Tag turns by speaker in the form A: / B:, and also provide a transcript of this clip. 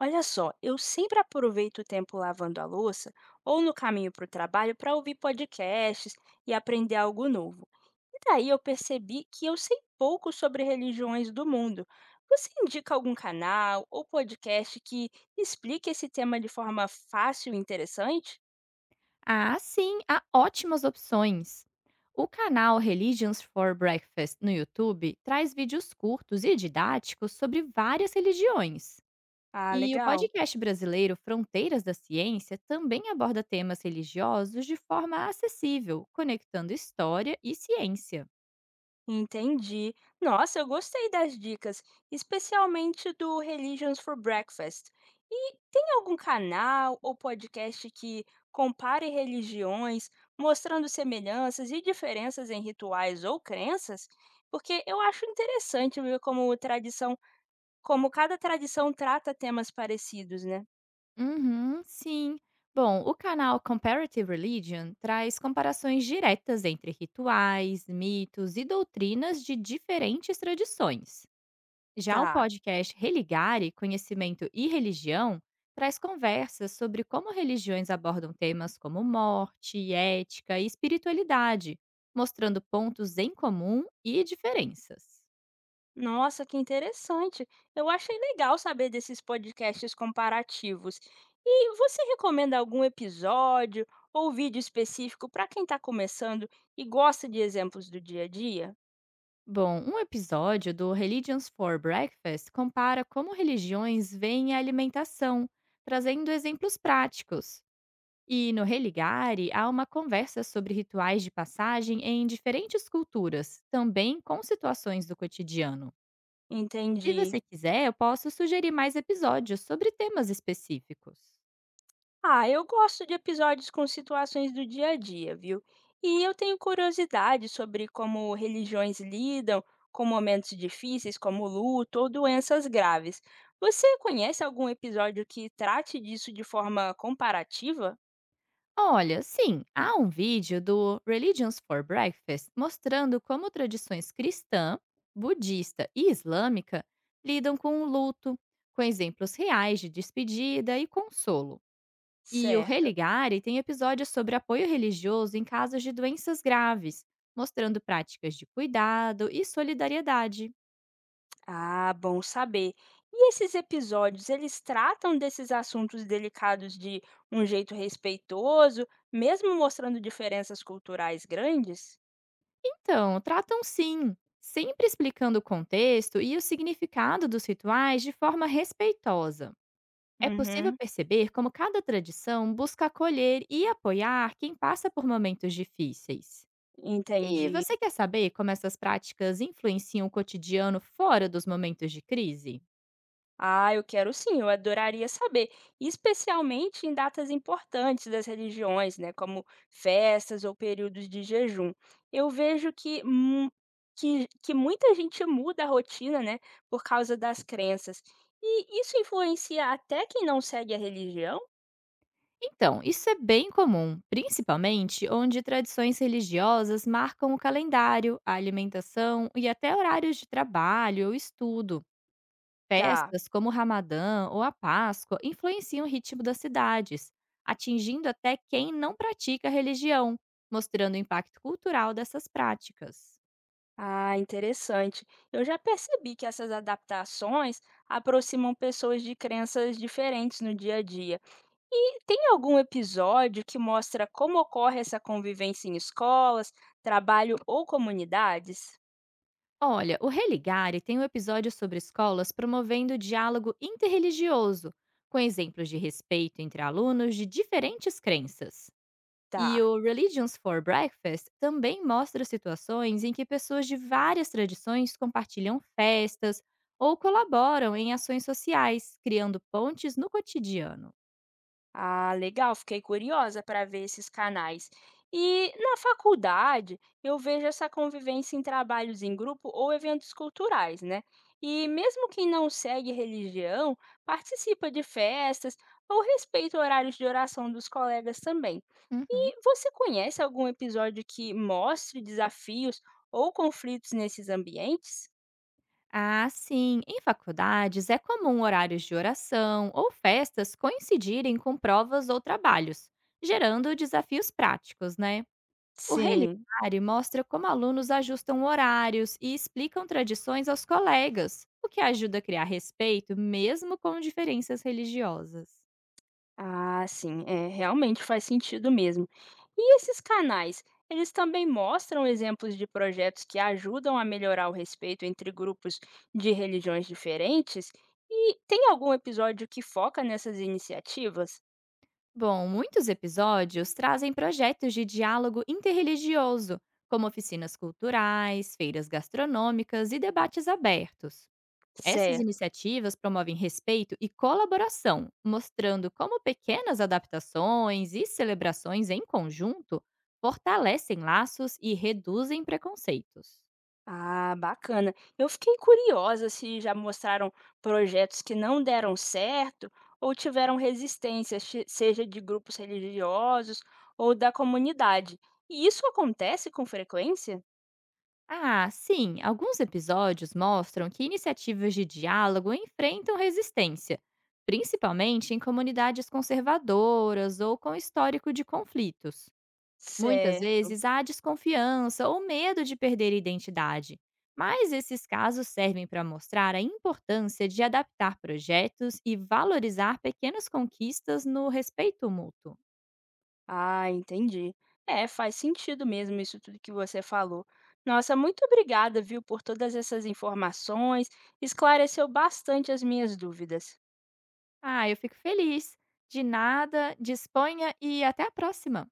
A: Olha só, eu sempre aproveito o tempo lavando a louça ou no caminho para o trabalho para ouvir podcasts e aprender algo novo. E daí eu percebi que eu sei pouco sobre religiões do mundo. Você indica algum canal ou podcast que explique esse tema de forma fácil e interessante?
B: Ah, sim, há ótimas opções. O canal Religions for Breakfast no YouTube traz vídeos curtos e didáticos sobre várias religiões.
A: Ah,
B: E o
A: legal.
B: podcast brasileiro Fronteiras da Ciência também aborda temas religiosos de forma acessível, conectando história e ciência.
A: Entendi. Nossa, eu gostei das dicas, especialmente do Religions for Breakfast. E tem algum canal ou podcast que compare religiões, mostrando semelhanças e diferenças em rituais ou crenças? Porque eu acho interessante ver como cada tradição trata temas parecidos, né?
B: Uhum, sim. Bom, o canal Comparative Religion traz comparações diretas entre rituais, mitos e doutrinas de diferentes tradições. Já o
A: Tá.
B: podcast Religare, Conhecimento e Religião, traz conversas sobre como religiões abordam temas como morte, ética e espiritualidade, mostrando pontos em comum e diferenças.
A: Nossa, que interessante. Eu achei legal saber desses podcasts comparativos. E você recomenda algum episódio ou vídeo específico para quem está começando e gosta de exemplos do dia a dia?
B: Bom, um episódio do Religions for Breakfast compara como religiões veem a alimentação, trazendo exemplos práticos. E no Religare há uma conversa sobre rituais de passagem em diferentes culturas, também com situações do cotidiano. Se
A: Entendi.
B: você quiser, eu posso sugerir mais episódios sobre temas específicos.
A: Ah, eu gosto de episódios com situações do dia a dia, viu? E eu tenho curiosidade sobre como religiões lidam com momentos difíceis, como luto ou doenças graves. Você conhece algum episódio que trate disso de forma comparativa?
B: Olha, sim, há um vídeo do Religions for Breakfast mostrando como tradições cristã, budista e islâmica lidam com o luto, com exemplos reais de despedida e consolo. E o
A: Certo.
B: Religare tem episódios sobre apoio religioso em casos de doenças graves, mostrando práticas de cuidado e solidariedade.
A: Ah, bom saber. E esses episódios, eles tratam desses assuntos delicados de um jeito respeitoso, mesmo mostrando diferenças culturais grandes?
B: Então, tratam sim, sempre explicando o contexto e o significado dos rituais de forma respeitosa. É possível
A: Uhum,
B: perceber como cada tradição busca acolher e apoiar quem passa por momentos difíceis. E
A: entendi.
B: você quer saber como essas práticas influenciam o cotidiano fora dos momentos de crise?
A: Ah, eu quero sim, eu adoraria saber, especialmente em datas importantes das religiões, né, como festas ou períodos de jejum. Eu vejo que muita gente muda a rotina, né, por causa das crenças. E isso influencia até quem não segue a religião?
B: Então, isso é bem comum, principalmente onde tradições religiosas marcam o calendário, a alimentação e até horários de trabalho ou estudo.
A: Tá.
B: Festas como o Ramadã ou a Páscoa influenciam o ritmo das cidades, atingindo até quem não pratica a religião, mostrando o impacto cultural dessas práticas.
A: Ah, interessante. Eu já percebi que essas adaptações aproximam pessoas de crenças diferentes no dia a dia. E tem algum episódio que mostra como ocorre essa convivência em escolas, trabalho ou comunidades?
B: Olha, o Religare tem um episódio sobre escolas promovendo o diálogo interreligioso, com exemplos de respeito entre alunos de diferentes crenças. E
A: Tá.
B: o Religions for Breakfast também mostra situações em que pessoas de várias tradições compartilham festas ou colaboram em ações sociais, criando pontes no cotidiano.
A: Ah, legal, fiquei curiosa para ver esses canais. E na faculdade, eu vejo essa convivência em trabalhos em grupo ou eventos culturais, né? E mesmo quem não segue religião, participa de festas ou respeita horários de oração dos colegas também.
B: Uhum.
A: E você conhece algum episódio que mostre desafios ou conflitos nesses ambientes?
B: Ah, sim, em faculdades é comum horários de oração ou festas coincidirem com provas ou trabalhos, gerando desafios práticos, né? O
A: Sim.
B: relicário mostra como alunos ajustam horários e explicam tradições aos colegas, o que ajuda a criar respeito mesmo com diferenças religiosas.
A: Ah, sim, é, realmente faz sentido mesmo. E esses canais, eles também mostram exemplos de projetos que ajudam a melhorar o respeito entre grupos de religiões diferentes? E tem algum episódio que foca nessas iniciativas?
B: Bom, muitos episódios trazem projetos de diálogo interreligioso, como oficinas culturais, feiras gastronômicas e debates abertos. Essas
A: Certo.
B: iniciativas promovem respeito e colaboração, mostrando como pequenas adaptações e celebrações em conjunto fortalecem laços e reduzem preconceitos.
A: Ah, bacana. Eu fiquei curiosa se já mostraram projetos que não deram certo ou tiveram resistência, seja de grupos religiosos ou da comunidade. E isso acontece com frequência?
B: Ah, sim, alguns episódios mostram que iniciativas de diálogo enfrentam resistência, principalmente em comunidades conservadoras ou com histórico de conflitos. Muitas
A: Certo.
B: vezes há desconfiança ou medo de perder a identidade, mas esses casos servem para mostrar a importância de adaptar projetos e valorizar pequenas conquistas no respeito mútuo.
A: Ah, entendi. É, faz sentido mesmo isso tudo que você falou. Nossa, muito obrigada, viu, por todas essas informações. Esclareceu bastante as minhas dúvidas.
B: Ah, eu fico feliz. De nada, disponha e até a próxima!